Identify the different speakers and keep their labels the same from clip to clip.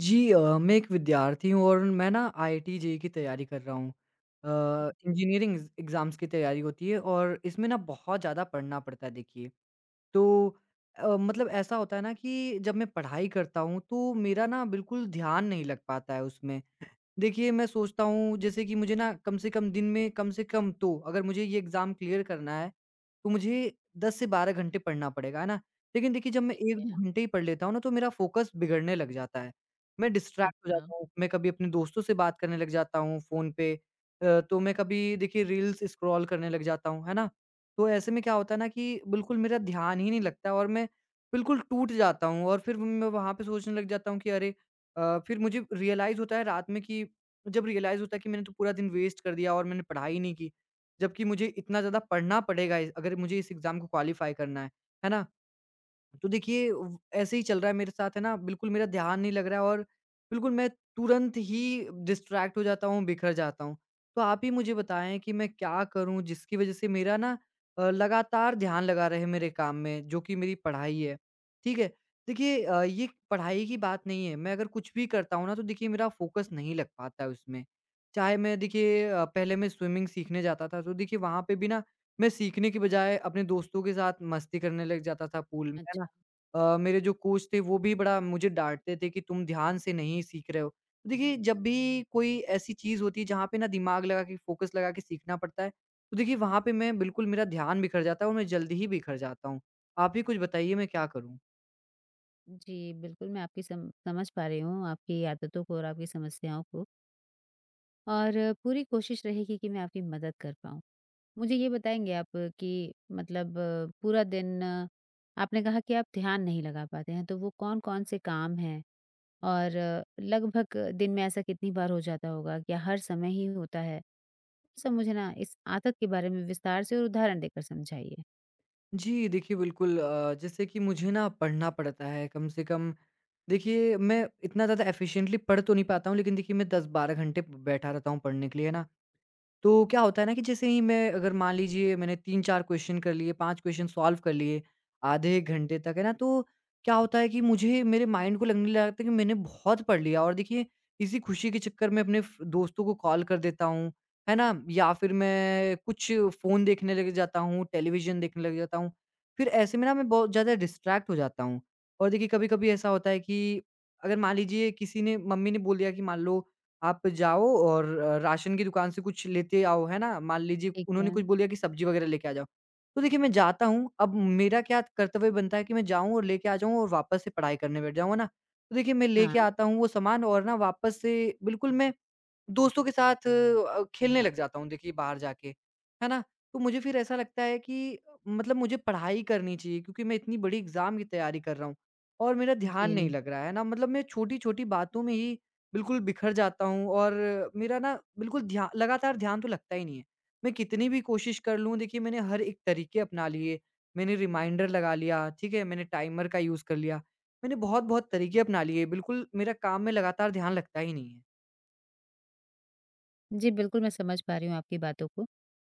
Speaker 1: जी, मैं एक विद्यार्थी हूँ और मैं ना आईआईटी जेईई की तैयारी कर रहा हूँ। इंजीनियरिंग एग्ज़ाम्स की तैयारी होती है और इसमें ना बहुत ज़्यादा पढ़ना पड़ता है देखिए। तो मतलब ऐसा होता है ना कि जब मैं पढ़ाई करता हूँ तो मेरा ना बिल्कुल ध्यान नहीं लग पाता है उसमें। देखिए, मैं सोचता हूँ जैसे कि मुझे ना कम से कम दिन में कम से कम, तो अगर मुझे ये एग्ज़ाम क्लियर करना है, तो मुझे 10 से 12 घंटे पढ़ना पड़ेगा, है ना? लेकिन देखिए जब मैं
Speaker 2: ठीक है।
Speaker 1: 1-2 घंटे ही पढ़ लेता हूँ ना, तो मेरा फ़ोकस बिगड़ने लग जाता है। मैं डिस्ट्रैक्ट हो
Speaker 2: अच्छा।
Speaker 1: जाता हूँ, मैं कभी अपने दोस्तों से बात करने लग जाता हूँ फ़ोन पे। तो मैं कभी देखिए रील्स स्क्रॉल करने लग जाता हूँ, है ना? तो ऐसे में क्या होता है ना कि बिल्कुल मेरा ध्यान ही नहीं लगता, और मैं बिल्कुल टूट जाता हूँ और फिर मैं वहाँ पे सोचने लग जाता हूँ कि अरे! फिर मुझे रियलाइज़ होता है रात में, कि जब रियलाइज़ होता है कि मैंने तो पूरा दिन वेस्ट कर दिया और मैंने पढ़ाई नहीं की, जबकि मुझे इतना ज़्यादा पढ़ना पड़ेगा इस अगर मुझे इस एग्ज़ाम को क्वालीफ़ाई करना है ना? तो देखिए व ऐसे ही चल रहा है मेरे साथ, है ना? बिल्कुल मेरा ध्यान नहीं लग रहा है और बिल्कुल मैं तुरंत ही डिस्ट्रैक्ट हो जाता हूँ, बिखर जाता हूँ। तो आप ही मुझे बताएँ कि मैं क्या करूँ, जिसकी वज़ह से मेरा ना लगातार ध्यान लगा रहे मेरे काम में, जो कि मेरी पढ़ाई है। ठीक है? देखिए, ये पढ़ाई की बात नहीं है। मैं अगर कुछ भी करता हूँ ना, तो देखिए मेरा फ़ोकस नहीं लग पाता है उसमें। चाहे मैं देखिए, पहले मैं स्विमिंग सीखने जाता था, तो देखिए वहाँ पे भी ना मैं सीखने के बजाय अपने दोस्तों के साथ मस्ती करने लग जाता था पूल में, है ना?
Speaker 2: अच्छा।
Speaker 1: मेरे जो कोच थे, वो भी बड़ा मुझे डाँटते थे कि तुम ध्यान से नहीं सीख रहे हो। तो देखिए जब भी कोई ऐसी चीज़ होती है जहाँ पे ना दिमाग लगा के, फ़ोकस लगा के सीखना पड़ता है, तो देखिए वहाँ पे मैं, बिल्कुल मेरा ध्यान बिखर जाता है और मैं जल्दी ही बिखर जाता हूँ। आप ही कुछ बताइए, मैं क्या करूँ?
Speaker 2: जी, बिल्कुल मैं आपकी सम समझ पा रही हूँ, आपकी आदतों को और आपकी समस्याओं को और पूरी कोशिश रहेगी कि मैं आपकी मदद कर पाऊँ। मुझे ये बताएँगे आप कि मतलब पूरा दिन आपने कहा कि आप ध्यान नहीं लगा पाते हैं, तो वो कौन-कौन से काम हैं? और लगभग दिन में ऐसा कितनी बार हो जाता होगा या हर समय ही होता है? सब मुझे ना इस आदत के बारे में विस्तार से और उदाहरण देकर समझाइए।
Speaker 1: जी, देखिए बिल्कुल, जैसे कि मुझे ना पढ़ना पड़ता है कम से कम। देखिए मैं इतना ज़्यादा एफ़िशिएंटली पढ़ तो नहीं पाता हूँ, लेकिन देखिए मैं 10-12 घंटे बैठा रहता हूँ पढ़ने के लिए, है ना? तो क्या होता है ना, कि जैसे ही मैं, अगर मान लीजिए मैंने 3-4 क्वेश्चन कर लिए, 5 क्वेश्चन सॉल्व कर लिए, आधे एक घंटे तक, है ना? तो क्या होता है कि मुझे, मेरे माइंड को लगने लगता है कि मैंने बहुत पढ़ लिया, और देखिए इसी खुशी के चक्कर में अपने फ दोस्तों को कॉल कर देता हूँ, है ना? या फिर मैं कुछ फ़ोन देखने लग जाता हूँ, टेलीविज़न देखने लग जाता हूँ। फिर ऐसे में ना मैं बहुत ज़्यादा डिस्ट्रैक्ट हो जाता हूँ। और देखिए कभी-कभी ऐसा होता है कि अगर मान लीजिए किसी ने, मम्मी ने बोल दिया कि मान लो आप जाओ और राशन की दुकान से कुछ लेते आओ, है ना? मान लीजिए
Speaker 2: ठीक
Speaker 1: उन्होंने
Speaker 2: है।
Speaker 1: कुछ बोल दिया कि सब्ज़ी वग़ैरह लेके आ जाओ। तो देखिए मैं जाता हूँ, अब मेरा क्या कर्तव्य बनता है कि मैं जाऊँ और लेके आ जाऊँ और वापस से पढ़ाई करने बैठ जाऊँ, है ना? तो देखिए मैं
Speaker 2: हाँ,
Speaker 1: लेके आता हूँ वो सामान, और ना वापस से बिल्कुल मैं दोस्तों के साथ खेलने लग जाता हूँ देखिए बाहर जाके, है ना? तो मुझे फिर ऐसा लगता है कि मतलब मुझे पढ़ाई करनी चाहिए, क्योंकि मैं इतनी बड़ी एग्ज़ाम की तैयारी कर रहा हूँ और मेरा ध्यान नहीं
Speaker 2: जी।
Speaker 1: लग रहा है ना, मतलब मैं छोटी-छोटी बातों में ही बिल्कुल बिखर जाता हूँ, और मेरा ना बिल्कुल ध्या लगातार ध्यान तो लगता ही नहीं है। मैं कितनी भी कोशिश कर लूँ, देखिए मैंने हर एक तरीके अपना लिए, मैंने रिमाइंडर लगा लिया, ठीक है? मैंने टाइमर का यूज़ कर लिया, मैंने बहुत-बहुत तरीके अपना लिए, बिल्कुल मेरा काम में लगातार ध्यान लगता ही नहीं
Speaker 2: जी, बिल्कुल मैं समझ पा रही हूँ आपकी बातों को।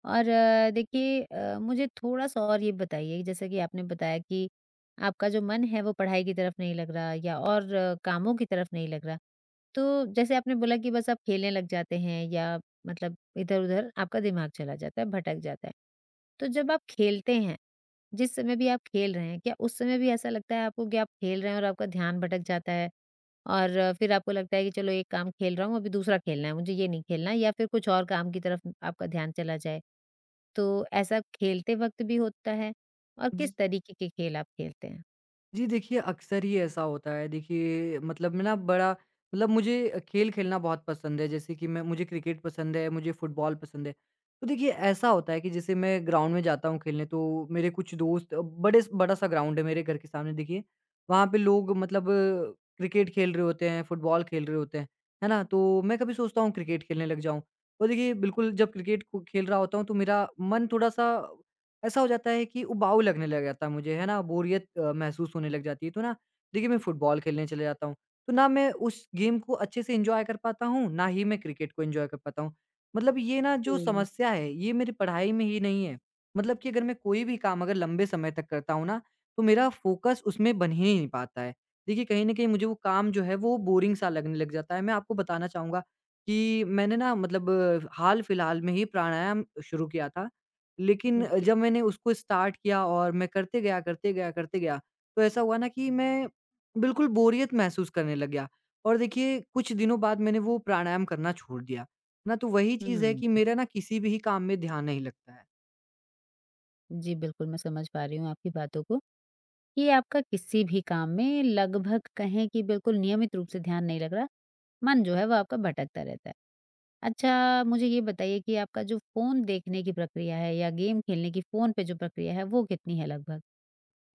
Speaker 2: और देखिए मुझे थोड़ा-सा और ये बताइए जैसा कि आपने बताया कि आपका जो मन है वो पढ़ाई की तरफ नहीं लग रहा या और कामों की तरफ नहीं लग रहा। तो जैसे आपने बोला कि बस आप खेलने लग जाते हैं या मतलब इधर-उधर आपका दिमाग चला जाता है, भटक जाता है। तो जब आप खेलते हैं, जिस समय भी आप खेल रहे हैं, क्या उस समय भी ऐसा लगता है आपको कि आप खेल रहे हैं और आपका ध्यान भटक जाता है? और फिर आपको लगता है कि चलो एक काम खेल रहा हूँ, अभी दूसरा खेलना है, मुझे ये नहीं खेलना या फिर कुछ और काम की तरफ आपका ध्यान चला जाए? तो ऐसा खेलते वक़्त भी होता है और
Speaker 1: है।
Speaker 2: किस तरीके के खेल आप खेलते हैं?
Speaker 1: जी देखिए, अक्सर ही ऐसा होता है। देखिए मतलब मैं ना बड़ा, मतलब मुझे खेल खेलना बहुत पसंद है, जैसे कि मैं मुझे क्रिकेट पसंद है, मुझे फुटबॉल पसंद है। तो देखिए ऐसा होता है कि जैसे मैं ग्राउंड में जाता हूँ खेलने, तो मेरे कुछ दोस्त बड़े बड़ा-सा ग्राउंड है मेरे घर के सामने देखिए। वहाँ पे लोग मतलब क्रिकेट खेल रहे होते हैं, फुटबॉल खेल रहे होते हैं, है ना? तो मैं कभी सोचता हूँ क्रिकेट खेलने लग जाऊँ। और देखिए बिल्कुल जब क्रिकेट को खेल रहा होता हूँ, तो मेरा मन थोड़ा-सा ऐसा हो जाता है कि उबाऊ लगने लग जाता है मुझे, है ना? बोरियत महसूस होने लग जाती है। तो ना देखिए मैं फुटबॉल खेलने चले जाता हूँ। तो ना मैं उस गेम को अच्छे से एन्जॉय कर पाता हूँ, ना ही मैं क्रिकेट को एन्जॉय कर पाता हूँ। मतलब ये ना जो
Speaker 2: जी।
Speaker 1: समस्या है, ये मेरी पढ़ाई में ही नहीं है। मतलब कि अगर मैं कोई भी काम, अगर लंबे समय तक करता हूँ ना, तो मेरा फ़ोकस उसमें बन ही नहीं पाता है। देखिए कहीं न कहीं मुझे वो काम जो है वो बोरिंग सा लगने लग जाता है। मैं आपको बताना चाहूँगा कि मैंने ना, मतलब हाल-फिलहाल में ही प्राणायाम शुरू किया था। लेकिन
Speaker 2: जी।
Speaker 1: जब मैंने उसको स्टार्ट किया और मैं करते गया, करते गया, करते गया, तो ऐसा हुआ ना कि मैं बिल्कुल बोरियत महसूस करने लग गया, और देखिए कुछ दिनों बाद मैंने वो प्राणायाम करना छोड़ दिया। ना तो वही चीज़ है, कि
Speaker 2: हुँ।
Speaker 1: मेरा ना किसी भी काम में ध्यान नहीं लगता है।
Speaker 2: जी, बिल्कुल मैं समझ पा रही हूँ आपकी बातों को। ये आपका किसी भी काम में लगभग कहें कि बिल्कुल नियमित रूप से ध्यान नहीं लग रहा, मन जो है वो आपका भटकता रहता है। अच्छा मुझे ये बताइए कि आपका जो फ़ोन देखने की प्रक्रिया है या गेम खेलने की फ़ोन पे जो प्रक्रिया है वो कितनी है लगभग?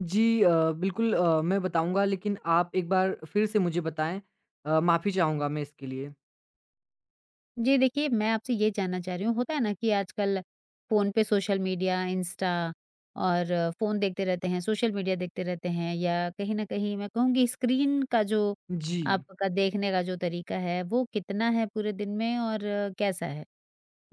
Speaker 1: जी, बिल्कुल, मैं बताऊँगा, लेकिन आप एक बार फिर से मुझे बताएँ। माफ़ी चाहूँगा मैं इसके लिए।
Speaker 2: जी देखिए, मैं आपसे ये जानना चाह रही हूँ, होता है ना कि आजकल फ़ोन पे सोशल मीडिया, इंस्टा और फ़ोन देखते रहते हैं, सोशल मीडिया देखते रहते हैं या कहीं न कहीं मैं कहूँगी स्क्रीन का जो
Speaker 1: जी।
Speaker 2: आपका देखने का जो तरीका है, वो कितना है पूरे दिन में और कैसा है?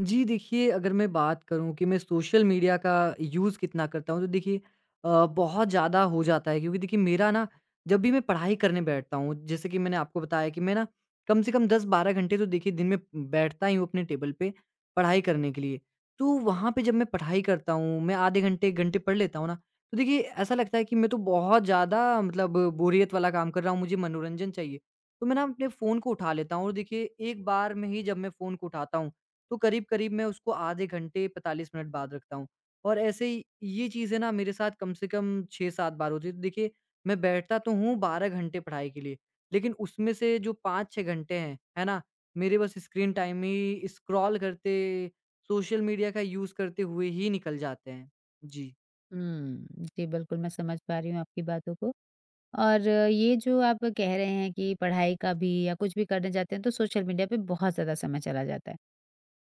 Speaker 1: जी, देखिए, अगर मैं बात करूँ कि मैं सोशल मीडिया का यूज़ कितना करता हूँ, तो देखिए बहुत ज़्यादा हो जाता है, क्योंकि देखिए मेरा ना जब भी मैं पढ़ाई करने बैठता हूँ, जैसे कि मैंने आपको बताया कि मैं ना कम से कम 10-12 घंटे तो देखिए दिन में बैठता ही हूँ अपने टेबल पे पढ़ाई करने के लिए। तो वहाँ पे जब मैं पढ़ाई करता हूँ, मैं आधे घंटे, 1 घंटे पढ़ लेता हूँ ना, तो देखिए ऐसा लगता है कि मैं तो बहुत ज़्यादा मतलब बोरियत वाला काम कर रहा हूँ, मुझे मनोरंजन चाहिए। तो मैं ना अपने फ़ोन को उठा लेता हूँ, और देखिए एक बार में ही जब मैं फ़ोन को उठाता हूँ, तो करीब-करीब मैं उसको आधे घंटे, 45 मिनट बाद रखता हूँ। और ऐसे ही ये चीज़ें ना मेरे साथ कम से कम 6-7 बार होती है। तो देखिए मैं बैठता तो हूँ 12 घंटे पढ़ाई के लिए, लेकिन उसमें से जो 5-6 घंटे हैं, है ना? मेरे बस स्क्रीन टाइम ही स्क्रॉल करते, सोशल मीडिया का यूज़ करते हुए ही निकल जाते हैं। जी।
Speaker 2: हुँ, जी बिल्कुल, मैं समझ पा रही हूँ आपकी बातों को और ये जो आप कह रहे हैं कि पढ़ाई का भी या कुछ भी करने जाते हैं तो सोशल मीडिया पे बहुत ज़्यादा समय चला जाता है।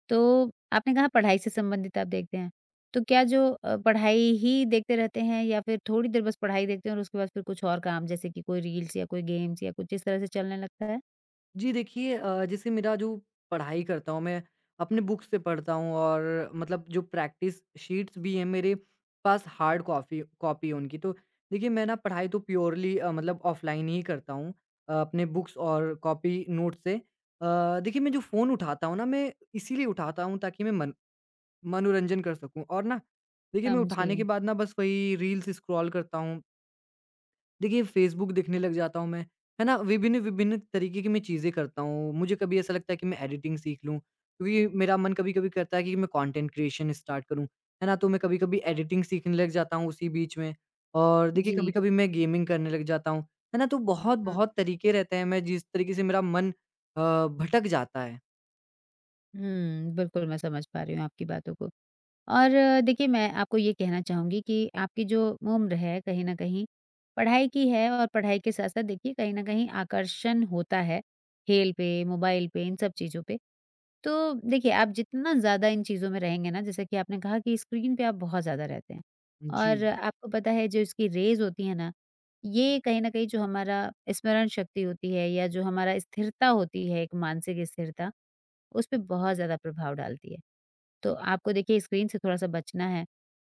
Speaker 2: तो आपने कहा पढ़ाई से संबंधित आप देखते हैं। तो क्या जो पढ़ाई ही देखते रहते हैं या फिर थोड़ी देर बस पढ़ाई देखते हैं और उसके बाद फिर कुछ और काम जैसे कि कोई रील्स या कोई गेम्स या कुछ इस तरह से चलने लगता है?
Speaker 1: जी देखिए, जैसे मेरा जो पढ़ाई करता हूँ मैं, अपने बुक से पढ़ता हूँ, और मतलब जो प्रैक्टिस शीट्स भी हैं मेरे पास, हार्ड कॉपी कॉपी है उनकी। तो देखिए मैं ना पढ़ाई तो प्योरली मतलब ऑफलाइन ही करता हूँ, अपने बुक्स और कॉपी नोट से। देखिए मैं जो फ़ोन उठाता हूँ ना, मैं इसीलिए उठाता हूँ ताकि मैं मन मनोरंजन कर सकूँ, और ना देखिए मैं
Speaker 2: समझी।
Speaker 1: उठाने के बाद ना बस वही रील्स स्क्रॉल करता हूँ, देखिए फ़ेसबुक देखने लग जाता हूँ मैं, है ना? विभिन्न-विभिन्न तरीके की मैं चीज़ें करता हूँ। मुझे कभी ऐसा लगता है कि मैं एडिटिंग सीख लूँ, क्योंकि मेरा मन कभी-कभी करता है कि मैं कंटेंट क्रिएशन स्टार्ट करूँ, है ना? तो मैं कभी-कभी एडिटिंग सीखने लग जाता हूँ उसी बीच में, और देखिए
Speaker 2: जी।
Speaker 1: कभी-कभी मैं गेमिंग करने लग जाता हूँ, है ना? तो
Speaker 2: हुँ।
Speaker 1: बहुत-बहुत तरीके रहते हैं, मैं जिस तरीके से मेरा मन भटक जाता है।
Speaker 2: हुँ, बिल्कुल मैं समझ पा रही हूँ आपकी बातों को। और देखिए मैं आपको ये कहना चाहूँगी कि आपकी जो उम्र है कहीं न कहीं पढ़ाई की है और पढ़ाई के साथ-साथ देखिए कहीं न कहीं आकर्षण होता है, खेल पे, मोबाइल पे, इन सब चीज़ों पे। तो देखिए, आप जितना ज़्यादा इन चीज़ों में रहेंगे ना, जैसे कि आपने कहा कि स्क्रीन पे आप बहुत ज़्यादा रहते हैं और
Speaker 1: जी।
Speaker 2: हाँ। आपको पता है जो इसकी रेज़ होती है ना, ये कहीं न कहीं जो हमारा स्मरण शक्ति होती है या जो हमारा स्थिरता होती है, एक मानसिक स्थिरता, उस पे बहुत ज़्यादा प्रभाव डालती है। तो आपको देखिए स्क्रीन से थोड़ा-सा बचना है।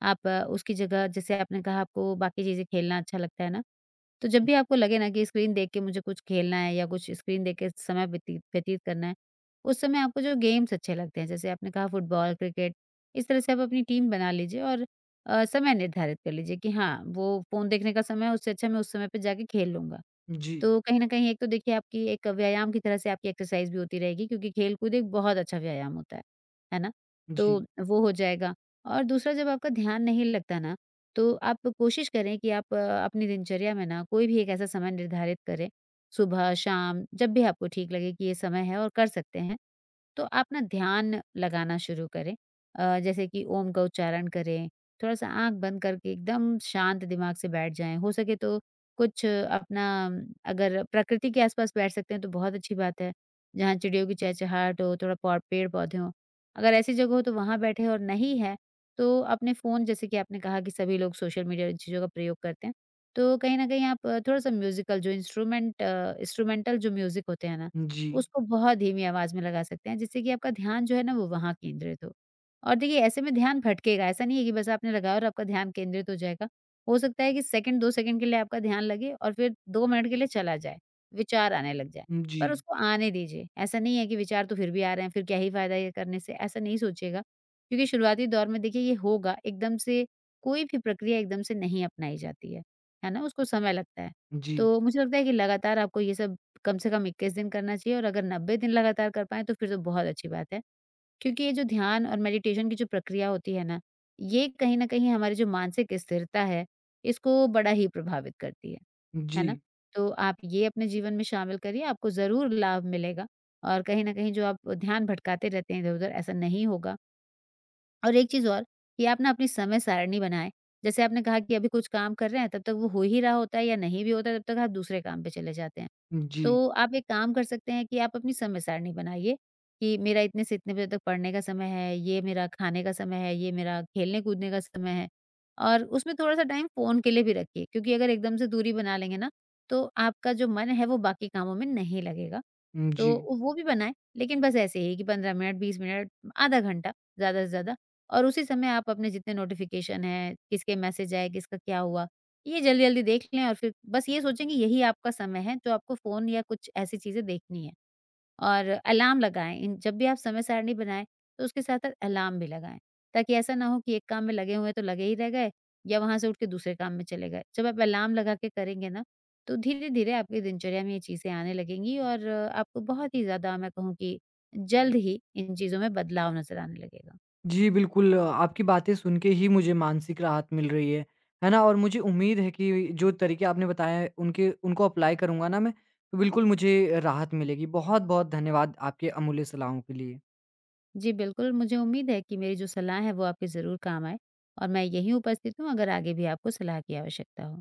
Speaker 2: आप उसकी जगह जैसे आपने कहा आपको बाकी चीज़ें खेलना अच्छा लगता है ना, तो जब भी आपको लगे ना कि स्क्रीन देख के मुझे कुछ खेलना है या कुछ स्क्रीन देख के समय व्यतीत व्यतीत करना है, उस समय आपको जो गेम्स अच्छे लगते हैं, जैसे आपने कहा फुटबॉल, क्रिकेट, इस तरह से आप अपनी टीम बना लीजिए और समय निर्धारित कर लीजिए कि हाँ, वो फ़ोन देखने का समय है, उससे अच्छा मैं उस समय पे जाके खेल लूँगा।
Speaker 1: जी,
Speaker 2: तो कहीं न कहीं एक तो देखिए आपकी एक व्यायाम की तरह से आपकी एक्सरसाइज़ भी होती रहेगी क्योंकि खेल-कूद एक बहुत अच्छा व्यायाम होता है ना?
Speaker 1: जी,
Speaker 2: तो वो हो जाएगा और दूसरा जब आपका ध्यान नहीं लगता ना, तो आप कोशिश करें कि आप अपनी दिनचर्या में ना कोई भी एक ऐसा समय निर्धारित करें, सुबह, शाम, जब भी आपको ठीक लगे कि ये समय है और कर सकते हैं। तो आप ना ध्यान लगाना शुरू करें। जैसे कि ओम का उच्चारण करें, थोड़ा-सा आँख बंद करके एकदम शांत दिमाग से बैठ जाएँ। हो सके तो कुछ अपना अगर प्रकृति के आस-पास बैठ सकते हैं तो बहुत अच्छी बात है, जहाँ चिड़ियों की चहचहाहट हो, थोड़ा पौ पेड़-पौधे हों। अगर ऐसी जगह हो तो वहाँ बैठे और नहीं है, तो अपने फ़ोन जैसे कि आपने कहा कि सभी लोग सोशल मीडिया इन चीज़ों का प्रयोग करते हैं, तो कहीं न कहीं आप थोड़ा-सा म्यूज़िकल जो इंस्ट्रूमेंटल जो म्यूज़िक होते हैं ना
Speaker 1: जी, जी,
Speaker 2: उसको बहुत धीमी आवाज़ में लगा सकते हैं, जिससे कि आपका ध्यान जो है ना वो वहाँ केंद्रित हो। और देखिए ऐसे में ध्यान भटकेगा, ऐसा नहीं है कि बस आपने लगाया और आपका ध्यान केंद्रित हो जाएगा। हो सकता है कि सेकंड 2 सेकंड के लिए आपका ध्यान लगे और फिर 2 मिनट के लिए चला जाए, विचार आने लग जाए,
Speaker 1: जी,
Speaker 2: पर उसको आने दीजिए। ऐसा नहीं है कि विचार तो फिर भी आ रहे हैं, फिर क्या ही फ़ायदा ये करने से, ऐसा नहीं सोचिएगा। क्योंकि शुरुआती दौर में देखिए ये होगा, एकदम से कोई भी प्रक्रिया एकदम से नहीं अपनाई जाती है ना? उसको समय लगता है।
Speaker 1: जी,
Speaker 2: तो मुझे लगता है कि लगातार आपको ये सब कम से कम 21 दिन करना चाहिए और अगर 90 दिन लगातार कर पाएँ तो फिर तो बहुत अच्छी बात है। क्योंकि ये जो ध्यान और मेडिटेशन की जो प्रक्रिया होती है ना, ये कहीं न कहीं हमारी जो मानसिक स्थिरता है, इसको बड़ा ही प्रभावित करती है। है
Speaker 1: जी,
Speaker 2: ना? तो आप ये अपने जीवन में शामिल करिए, आपको ज़रूर लाभ मिलेगा और कहीं न कहीं जो आप ध्यान भटकाते रहते हैं इधर-उधर, ऐसा नहीं होगा। और एक चीज़ और कि आप ना अपनी समय सारिणी बनाएँ। जैसे आपने कहा कि अभी कुछ काम कर रहे हैं, तब तक वो हो ही रहा होता है या नहीं भी होता है, तब तक आप दूसरे काम पे चले जाते हैं।
Speaker 1: जी,
Speaker 2: तो आप एक काम कर सकते हैं कि आप अपनी समय सारणी बनाइए कि मेरा इतने से इतने बजे तक पढ़ने का समय है, ये मेरा खाने का समय है, ये मेरा खेलने-कूदने का समय है। और उसमें थोड़ा-सा टाइम फ़ोन के लिए भी रखिए क्योंकि अगर एकदम से दूरी बना लेंगे ना, तो आपका जो मन है वो बाकी कामों में नहीं लगेगा।
Speaker 1: जी।
Speaker 2: तो वो भी बनाएँ, लेकिन बस ऐसे ही कि 15 मिनट, 20 मिनट, आधा घंटा ज़्यादा से ज़्यादा और उसी समय आप अपने जितने नोटिफ़िकेशन हैं, किसके मैसेज आए, किसका क्या हुआ, ये जल्दी-जल्दी देख लें और फिर बस ये सोचें कि यही आपका समय है, जो आपको फ़ोन या कुछ ऐसी चीज़ें देखनी है। और अलार्म लगाएँ इन जब भी आप समय सारणी बनाएँ, तो उसके साथ-साथ अलार्म भी लगाएँ, ताकि ऐसा ना हो कि एक काम में लगे हुए हैं तो लगे ही रह गए या वहाँ से उठ के दूसरे काम में चले गए। जब आप अलार्म लगा के करेंगे ना, तो धीरे-धीरे आपकी दिनचर्या में ये चीज़ें आने लगेंगी और आपको बहुत ही ज़्यादा मैं कहूँ कि जल्द ही इन चीज़ों में बदलाव नज़र आने लगेगा।
Speaker 1: जी, बिल्कुल, आपकी बातें सुन के ही मुझे मानसिक राहत मिल रही है ना? और मुझे उम्मीद है कि जो तरीके आपने बताएँ हैं, उनके उनको अप्लाई करूँगा ना मैं, तो बिल्कुल मुझे राहत मिलेगी। बहुत-बहुत धन्यवाद आपके अमूल्य सलाहों के लिए।
Speaker 2: जी बिल्कुल, मुझे उम्मीद है कि मेरी जो सलाह है वो आपके ज़रूर काम आए और मैं यहीं उपस्थित हूँ अगर आगे भी आपको सलाह की आवश्यकता हो।